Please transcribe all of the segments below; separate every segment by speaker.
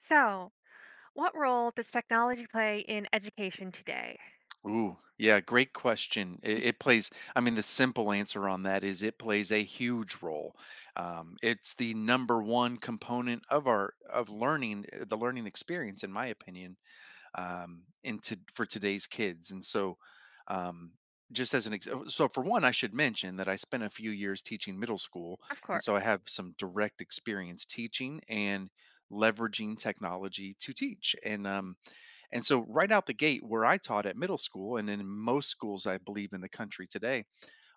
Speaker 1: So, what role does technology play in education today?
Speaker 2: Great question. It plays, I mean, the simple answer on that is it plays a huge role. It's the number one component of our of learning, the learning experience, in my opinion, into for today's kids. And so, um, just as an ex- oh, so for one, I should mention that I spent a few years teaching middle school,
Speaker 1: Of
Speaker 2: and
Speaker 1: course.
Speaker 2: so I have some direct experience teaching and leveraging technology to teach. And so right out the gate, where I taught at middle school, and in most schools, I believe, in the country today,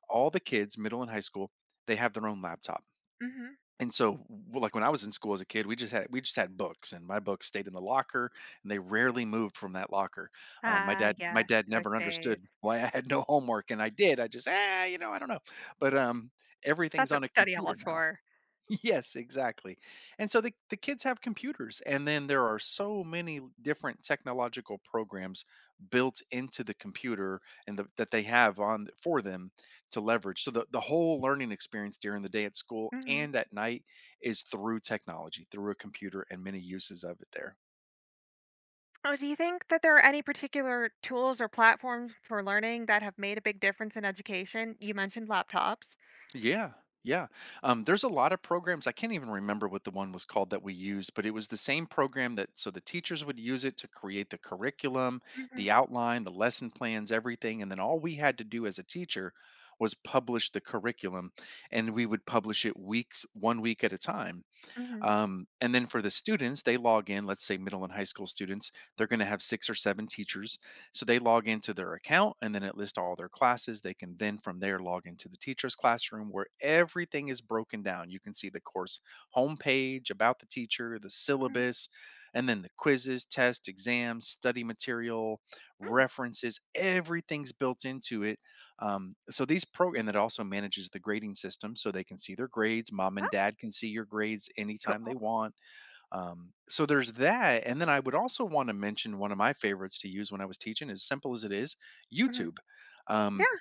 Speaker 2: all the kids, middle and high school, they have their own laptop.
Speaker 1: Hmm.
Speaker 2: Like when I was in school as a kid, we just had books, and my books stayed in the locker, and they rarely moved from that locker. Uh, my
Speaker 1: Ah,
Speaker 2: dad, my
Speaker 1: yes,
Speaker 2: dad
Speaker 1: those
Speaker 2: never
Speaker 1: days.
Speaker 2: understood why I had no homework, and I did. I just I don't know. But um,
Speaker 1: That's
Speaker 2: everything's on
Speaker 1: what
Speaker 2: a
Speaker 1: study hall
Speaker 2: computer
Speaker 1: is
Speaker 2: now.
Speaker 1: for.
Speaker 2: Yes, exactly. And so the kids have computers, and then there are so many different technological programs built into the computer that they have for them to leverage. So the whole learning experience during the day at school
Speaker 1: Hmm.
Speaker 2: and at night is through technology, through a computer, and many uses of it there.
Speaker 1: Oh, do you think that there are any particular tools or platforms for learning that have made a big difference in education? You mentioned laptops.
Speaker 2: Yeah, yeah. There's a lot of programs. I can't even remember what the one was called that we used, but it was the same program that so the teachers would use it to create the curriculum,
Speaker 1: Hmm.
Speaker 2: the outline, the lesson plans, everything. And then all we had to do as a teacher was publish the curriculum, and we would publish it weeks, 1 week at a time.
Speaker 1: Hmm.
Speaker 2: And then for the students, they log in, let's say middle and high school students, they're going to have six or seven teachers. So they log into their account, and then it lists all their classes. They can then from there log into the teacher's classroom where everything is broken down. You can see the course homepage, about the teacher, the
Speaker 1: Hmm.
Speaker 2: syllabus, and then the quizzes, tests, exams, study material,
Speaker 1: Mm.
Speaker 2: references, everything's built into it so these pro and it also manages the grading system so they can see their grades. Mom
Speaker 1: Oh,
Speaker 2: and dad can see your grades anytime they
Speaker 1: cool.
Speaker 2: want. So there's that. And then I would also want to mention one of my favorites to use when I was teaching, as simple as it is,
Speaker 1: Hmm.
Speaker 2: YouTube. Um,
Speaker 1: Yeah,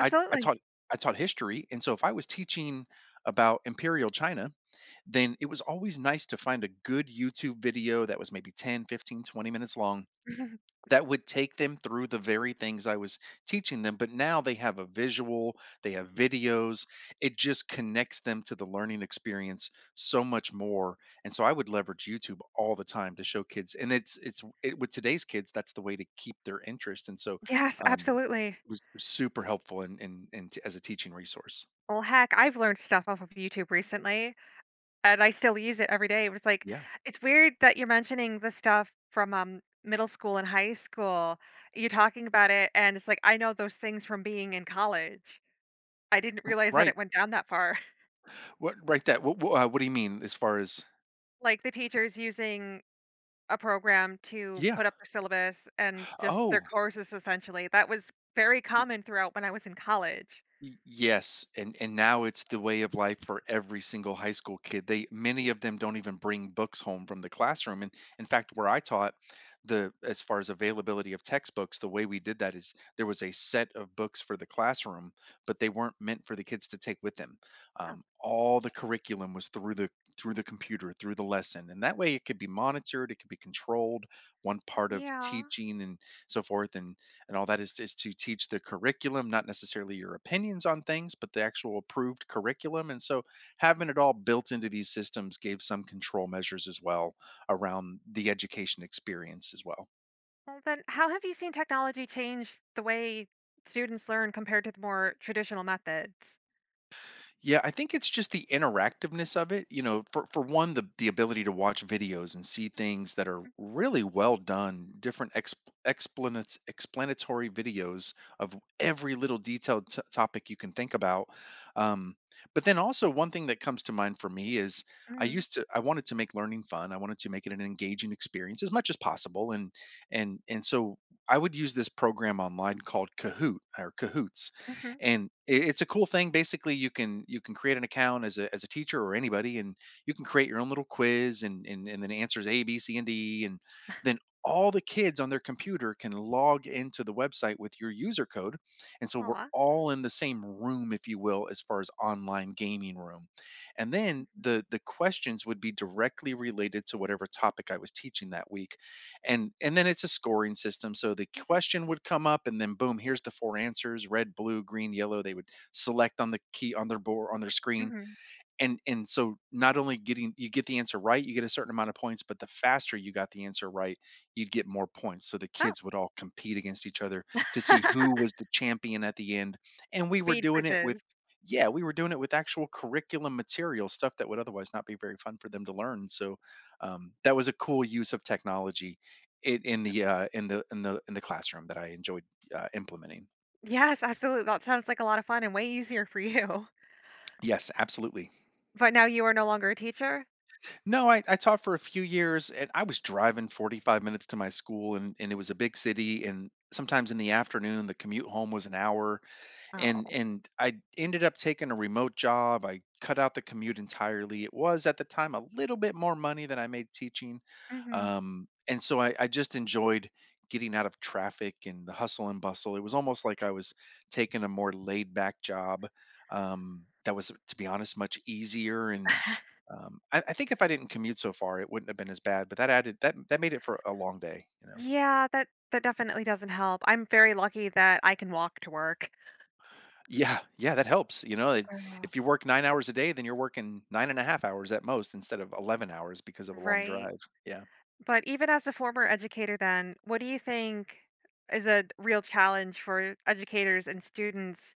Speaker 2: I, I taught I taught history, and so if I was teaching about imperial China, then it was always nice to find a good YouTube video that was maybe 10, 15, 20 minutes long that would take them through the very things I was teaching them. But now they have a visual, they have videos. It just connects them to the learning experience so much more. And so I would leverage YouTube all the time to show kids. And with today's kids, that's the way to keep their interest. And so
Speaker 1: Yes,
Speaker 2: um,
Speaker 1: absolutely.
Speaker 2: it was super helpful in as a teaching resource.
Speaker 1: Well, heck, I've learned stuff off of YouTube recently. And I still use it every day, but it's like
Speaker 2: Yeah,
Speaker 1: it's weird that you're mentioning the stuff from, middle school and high school. You're talking about it, and it's like, I know those things from being in college. I didn't realize that
Speaker 2: right.
Speaker 1: it went down that far.
Speaker 2: What right that? What do you mean as far as?
Speaker 1: Like, the teachers using a program to
Speaker 2: Yeah.
Speaker 1: put up their syllabus and just their
Speaker 2: Oh.
Speaker 1: courses, essentially. That was very common throughout when I was in college.
Speaker 2: Yes, and now it's the way of life for every single high school kid. They Many of them don't even bring books home from the classroom. And in fact, where I taught, the as far as availability of textbooks, the way we did that is there was a set of books for the classroom, but they weren't meant for the kids to take with them.
Speaker 1: Oh,
Speaker 2: All the curriculum was through the computer, through the lesson, and that way it could be monitored, it could be controlled. One part of
Speaker 1: yeah.
Speaker 2: teaching and so forth, and all that is to teach the curriculum, not necessarily your opinions on things, but the actual approved curriculum. And so having it all built into these systems gave some control measures as well around the education experience as well.
Speaker 1: Well, then how have you seen technology change the way students learn compared to the more traditional methods?
Speaker 2: Yeah, I think it's just the interactiveness of it. You know, for one, the ability to watch videos and see things that are really well done, different explanatory videos of every little detailed topic you can think about. Um, but then also one thing that comes to mind for me is
Speaker 1: Mhm.
Speaker 2: I wanted to make learning fun. I wanted to make it an engaging experience as much as possible, and so I would use this program online called Kahoot or Kahoots,
Speaker 1: Mhm.
Speaker 2: and it's a cool thing. Basically, you can create an account as a teacher or anybody, and you can create your own little quiz, and then answers a, b, c, and d, and then all the kids on their computer can log into the website with your user code, and so we're
Speaker 1: Aw.
Speaker 2: all in the same room, if you will, as far as online gaming room. And then the questions would be directly related to whatever topic I was teaching that week. And then it's a scoring system, so the
Speaker 1: Mhm,
Speaker 2: question would come up, and then boom, here's the four answers, red, blue, green, yellow. They would select on the key on their board on their screen.
Speaker 1: mhm.
Speaker 2: And so not only getting you get the answer right, you get a certain amount of points, but the faster you got the answer right, you'd get more points. So the
Speaker 1: Oh,
Speaker 2: kids would all compete against each other to see who was the champion at the end. And we were
Speaker 1: speed
Speaker 2: doing it with
Speaker 1: quizzes.
Speaker 2: yeah, we were doing it with actual curriculum material, stuff that would otherwise not be very fun for them to learn. So that was a cool use of technology in the in the in the in the classroom that I enjoyed implementing.
Speaker 1: Yes, absolutely, that sounds like a lot of fun and way easier for you.
Speaker 2: Yes, absolutely.
Speaker 1: But now you are no longer a teacher?
Speaker 2: No, I taught for a few years, and I was driving 45 minutes to my school, and it was a big city, and sometimes in the afternoon the commute home was an hour,
Speaker 1: Oh.
Speaker 2: and I ended up taking a remote job. I cut out the commute entirely. It was at the time a little bit more money than I made teaching.
Speaker 1: Mhm.
Speaker 2: And so I just enjoyed getting out of traffic and the hustle and bustle. It was almost like I was taking a more laid back job that was, to be honest, much easier. and um, I, I think if I didn't commute so far, it wouldn't have been as bad. But that added that that made it for a long day. You know.
Speaker 1: Yeah, that that definitely doesn't help. I'm very lucky that I can walk to work.
Speaker 2: Yeah, yeah, that helps.
Speaker 1: Oh,
Speaker 2: If you work 9 hours a day, then you're working 9.5 hours at most instead of 11 hours because of a long
Speaker 1: right?
Speaker 2: drive. Yeah.
Speaker 1: But even as a former educator then, what do you think is a real challenge for educators and students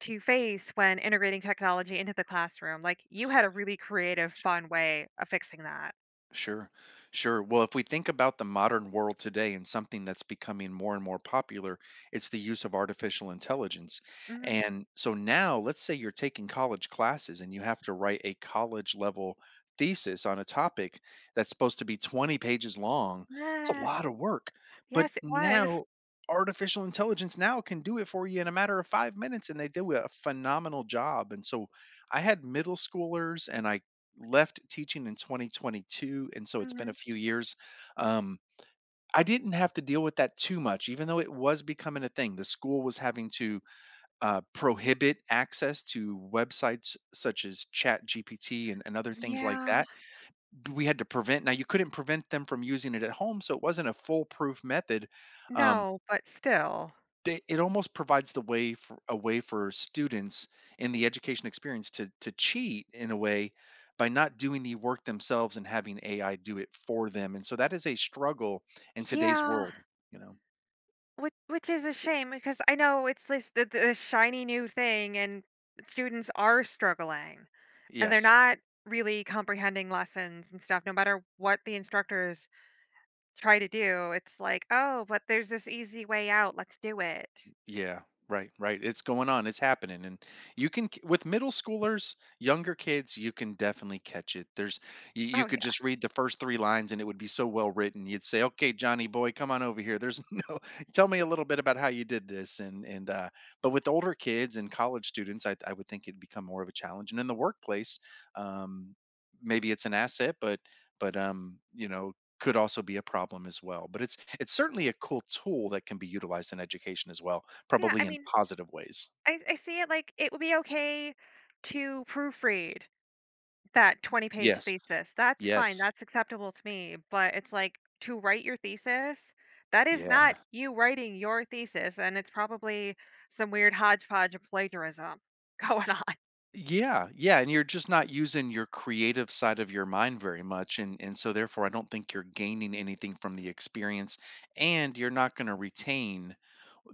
Speaker 1: to face when integrating technology into the classroom? Like, you had a really creative, fun way of fixing that.
Speaker 2: Sure, sure. Well, if we think about the modern world today and something that's becoming more and more popular, it's the use of artificial intelligence.
Speaker 1: Mhm.
Speaker 2: And so now, let's say you're taking college classes and you have to write a college level thesis on a topic that's supposed to be 20 pages long. It's a
Speaker 1: Ah,
Speaker 2: lot of work. But
Speaker 1: yes, it was.
Speaker 2: now, artificial intelligence now can do it for you in a matter of 5 minutes, and they do a phenomenal job. And so I had middle schoolers, and I left teaching in 2022, and so it's been a
Speaker 1: Mhm.
Speaker 2: few years. Um, I didn't have to deal with that too much, even though it was becoming a thing. The school was having to prohibit access to websites such as Chat GPT, and other things like
Speaker 1: Yeah.
Speaker 2: that. We had to prevent. Now, you couldn't prevent them from using it at home, so it wasn't a foolproof method. Um,
Speaker 1: No, but still.
Speaker 2: it almost provides the way for a way for students in the education experience to cheat in a way by not doing the work themselves and having AI do it for them. And so that is a struggle in today's
Speaker 1: Yeah.
Speaker 2: world, you know.
Speaker 1: Which is a shame because I know it's this the shiny new thing and students are struggling and they're
Speaker 2: Yes.
Speaker 1: not really comprehending lessons and stuff no matter what the instructors try to do. It's like, "Oh, but there's this easy way out. Let's do it."
Speaker 2: Yeah, right, right. It's going on. It's happening, and you can with middle schoolers, younger kids, you can definitely catch it. There's you
Speaker 1: Oh
Speaker 2: could
Speaker 1: yeah.
Speaker 2: just read the first three lines, and it would be so well written. You'd say, "Okay, Johnny boy, come on over here." There's no tell me a little bit about how you did this, and but with older kids and college students, I would think it'd become more of a challenge, and in the workplace, um, maybe it's an asset, but you know, could also be a problem as well. But it's certainly a cool tool that can be utilized in education as well.
Speaker 1: Yeah, I
Speaker 2: Probably in
Speaker 1: mean,
Speaker 2: positive ways.
Speaker 1: I see it like it would be okay to proofread that 20-page
Speaker 2: Yes.
Speaker 1: thesis, that's fine,
Speaker 2: Yes.
Speaker 1: that's acceptable to me, but it's like, to write your thesis, that is
Speaker 2: Yeah.
Speaker 1: not you writing your thesis, and it's probably some weird hodgepodge of plagiarism going on.
Speaker 2: Yeah, yeah, and you're just not using your creative side of your mind very much, and so therefore, I don't think you're gaining anything from the experience, and you're not gonna retain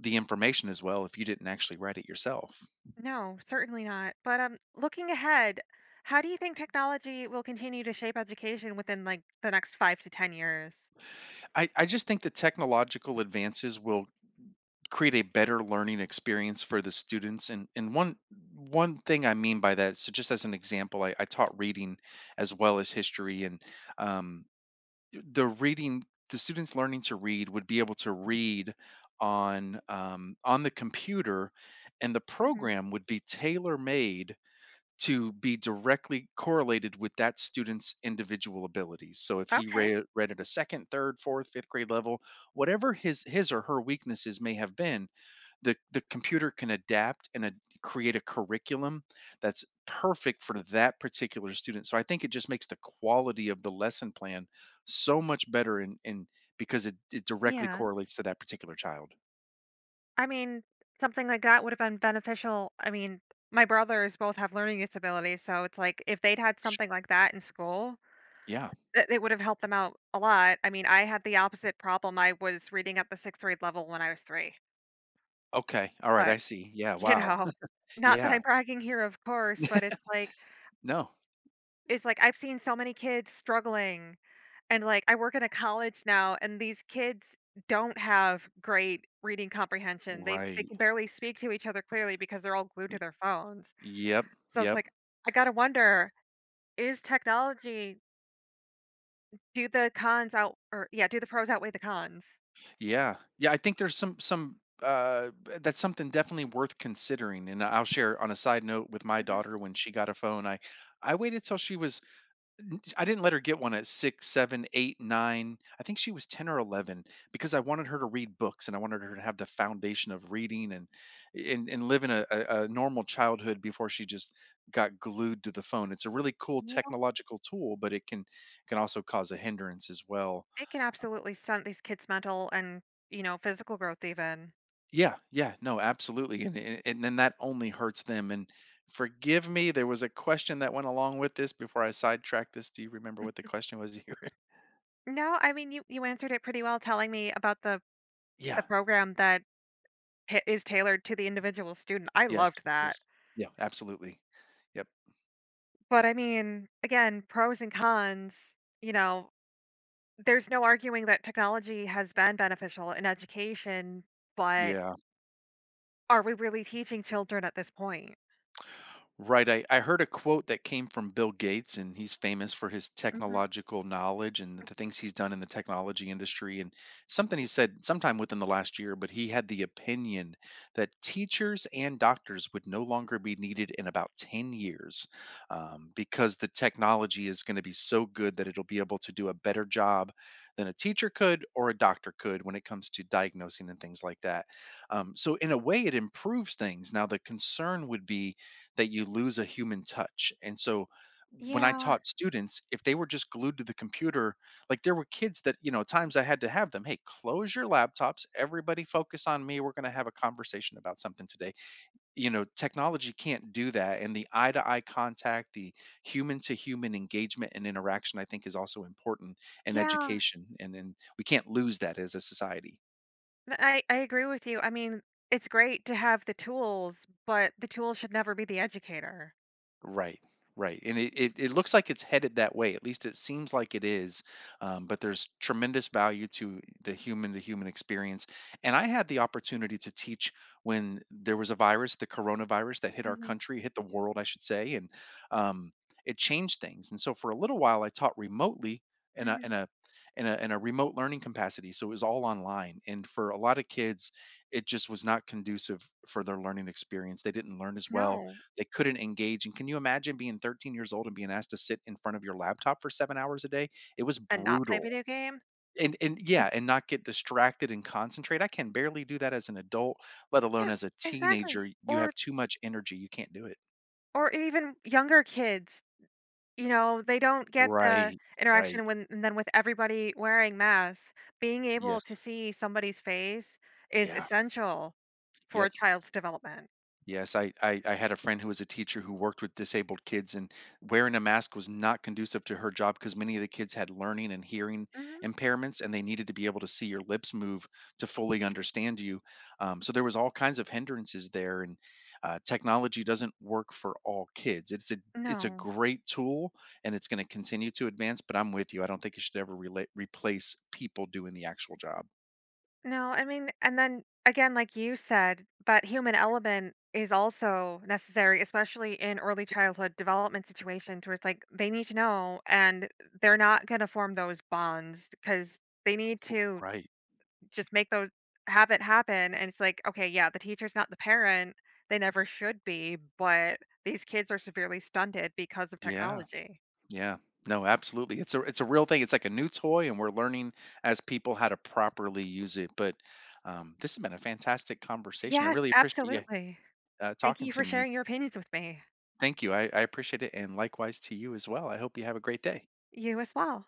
Speaker 2: the information as well if you didn't actually write it yourself.
Speaker 1: No, certainly not, but, looking ahead, how do you think technology will continue to shape education within, like, the next 5 to 10 years?
Speaker 2: I just think the technological advances will create a better learning experience for the students, and one thing I mean by that, so just as an example, I taught reading as well as history, and, um, the reading the students learning to read would be able to read on the computer and the
Speaker 1: Mhm.
Speaker 2: program would be tailor made to be directly correlated with that student's individual abilities, so if he
Speaker 1: Okay.
Speaker 2: read at a second, third, fourth, fifth grade level, whatever his or her weaknesses may have been, the computer can adapt and create a curriculum that's perfect for that particular student. So I think it just makes the quality of the lesson plan so much better, and because it directly
Speaker 1: Yeah.
Speaker 2: correlates to that particular child.
Speaker 1: I mean, something like that would have been beneficial. I mean, my brothers both have learning disabilities, so it's like if they'd had something like that in school,
Speaker 2: Yeah.
Speaker 1: it would have helped them out a lot. I mean, I had the opposite problem. I was reading at the sixth grade level when I was three,
Speaker 2: Okay. All right.
Speaker 1: but
Speaker 2: I see. Yeah.
Speaker 1: you
Speaker 2: Wow.
Speaker 1: know, not that
Speaker 2: Yeah.
Speaker 1: I'm bragging here, of course, but
Speaker 2: No.
Speaker 1: it's like I've seen so many kids struggling, and like I work in a college now, and these kids don't have great reading comprehension. They
Speaker 2: Right.
Speaker 1: can barely speak to each other clearly because they're all glued to
Speaker 2: Y-
Speaker 1: their phones.
Speaker 2: Yep.
Speaker 1: So it's
Speaker 2: Yep.
Speaker 1: like, I gotta wonder, is technology do the cons out or yeah, do the pros outweigh the cons?
Speaker 2: Yeah. Yeah, I think there's some that's something definitely worth considering. And I'll share on a side note, with my
Speaker 1: Mhm.
Speaker 2: daughter when she got a phone. I waited till she was, I didn't let her get one at six, seven, eight, nine. I think she was 10 or 11, because I wanted her to read books and I wanted her to have the foundation of reading, and live in a normal childhood before she just got glued to the phone. It's a really cool
Speaker 1: Yeah.
Speaker 2: technological tool, but it can also cause a hindrance as well.
Speaker 1: It can absolutely stunt these kids' mental and, you know, physical growth even.
Speaker 2: Yeah, yeah, no, absolutely. And then that only hurts them. And forgive me, there was a question that went along with this before I sidetracked this. Do you remember what the
Speaker 1: Mm.
Speaker 2: question was?
Speaker 1: No, I mean, you answered it pretty well telling me about the
Speaker 2: Yeah.
Speaker 1: program that ta is tailored to the individual student. I
Speaker 2: Yes,
Speaker 1: loved that.
Speaker 2: yes. Yeah, absolutely. Yep.
Speaker 1: But I mean, again, pros and cons, you know, there's no arguing that technology has been beneficial in education, but
Speaker 2: Yeah.
Speaker 1: are we really teaching children at this point?
Speaker 2: Right. I heard a quote that came from Bill Gates, and he's famous for his
Speaker 1: Mhm.
Speaker 2: technological knowledge and the things he's done in the technology industry. And something he said sometime within the last year, but he had the opinion that teachers and doctors would no longer be needed in about 10 years, because the technology is going to be so good that it'll be able to do a better job than a teacher could or a doctor could when it comes to diagnosing and things like that. So, in a way, it improves things. Now, the concern would be that you lose a human touch. And so when I
Speaker 1: Yeah,
Speaker 2: taught students, if they were just glued to the computer, like there were kids that, you know, at times I had to have them, hey, close your laptops, everybody focus on me. We're going to have a conversation about something today. You know, technology can't do that. And the eye to eye contact, the human to human engagement and interaction, I think, is also important in
Speaker 1: yeah.
Speaker 2: education. And then we can't lose that as a society.
Speaker 1: Th- I agree with you. I mean, it's great to have the tools, but the tool should never be the educator.
Speaker 2: Right, right, and it looks like it's headed that way. At least it seems like it is. But there's tremendous value to the human to human experience. And I had the opportunity to teach when there was a virus, the coronavirus that hit our
Speaker 1: Mhm.
Speaker 2: country, hit the world, I should say, and um, it changed things. And so for a little while, I taught remotely in a in
Speaker 1: Mhm.
Speaker 2: a in a remote learning capacity. So it was all online, and for a lot of kids, it just was not conducive for their learning experience. They didn't learn as well,
Speaker 1: No,
Speaker 2: they couldn't engage, and can you imagine being 13 years old and being asked to sit in front of your laptop for 7 hours a day? It was
Speaker 1: and not play
Speaker 2: brutal.
Speaker 1: video game.
Speaker 2: And yeah, and not get distracted and concentrate. I can barely do that as an adult, let alone
Speaker 1: Yeah,
Speaker 2: as a
Speaker 1: exactly.
Speaker 2: teenager. You have too much energy, you can't do it.
Speaker 1: Or even younger kids, you know, they don't get the
Speaker 2: Right, right.
Speaker 1: interaction when and then with everybody wearing masks, being able to
Speaker 2: Yes.
Speaker 1: see somebody's face is
Speaker 2: Yeah.
Speaker 1: essential for a
Speaker 2: Yep.
Speaker 1: child's development.
Speaker 2: Yes, I had a friend who was a teacher who worked with disabled kids, and wearing a mask was not conducive to her job because many of the kids had learning and hearing
Speaker 1: Mhm.
Speaker 2: impairments, and they needed to be able to see your lips move to fully understand you. So there was all kinds of hindrances there, and technology doesn't work for all kids. It's a
Speaker 1: No.
Speaker 2: great tool, and it's going to continue to advance. But I'm with you. I don't think it should ever relate replace people doing the actual job.
Speaker 1: No, I mean, and then again, like you said, that human element is also necessary, especially in early childhood development situations where it's like they need to know and they're not going to form those bonds because they need to
Speaker 2: Right.
Speaker 1: just make those have it happen. And it's like, okay, yeah, the teacher's not the parent. They never should be, but these kids are severely stunted because of
Speaker 2: Yeah.
Speaker 1: technology.
Speaker 2: Yeah. No, absolutely. It's a real thing. It's like a new toy, and we're learning as people how to properly use it. But this has been a fantastic conversation. I
Speaker 1: Yes,
Speaker 2: really appreciate you
Speaker 1: absolutely. Thank
Speaker 2: talking
Speaker 1: you for
Speaker 2: to me.
Speaker 1: sharing your opinions with me.
Speaker 2: Thank you. I appreciate it, and likewise to you as well. I hope you have a great day.
Speaker 1: You as well.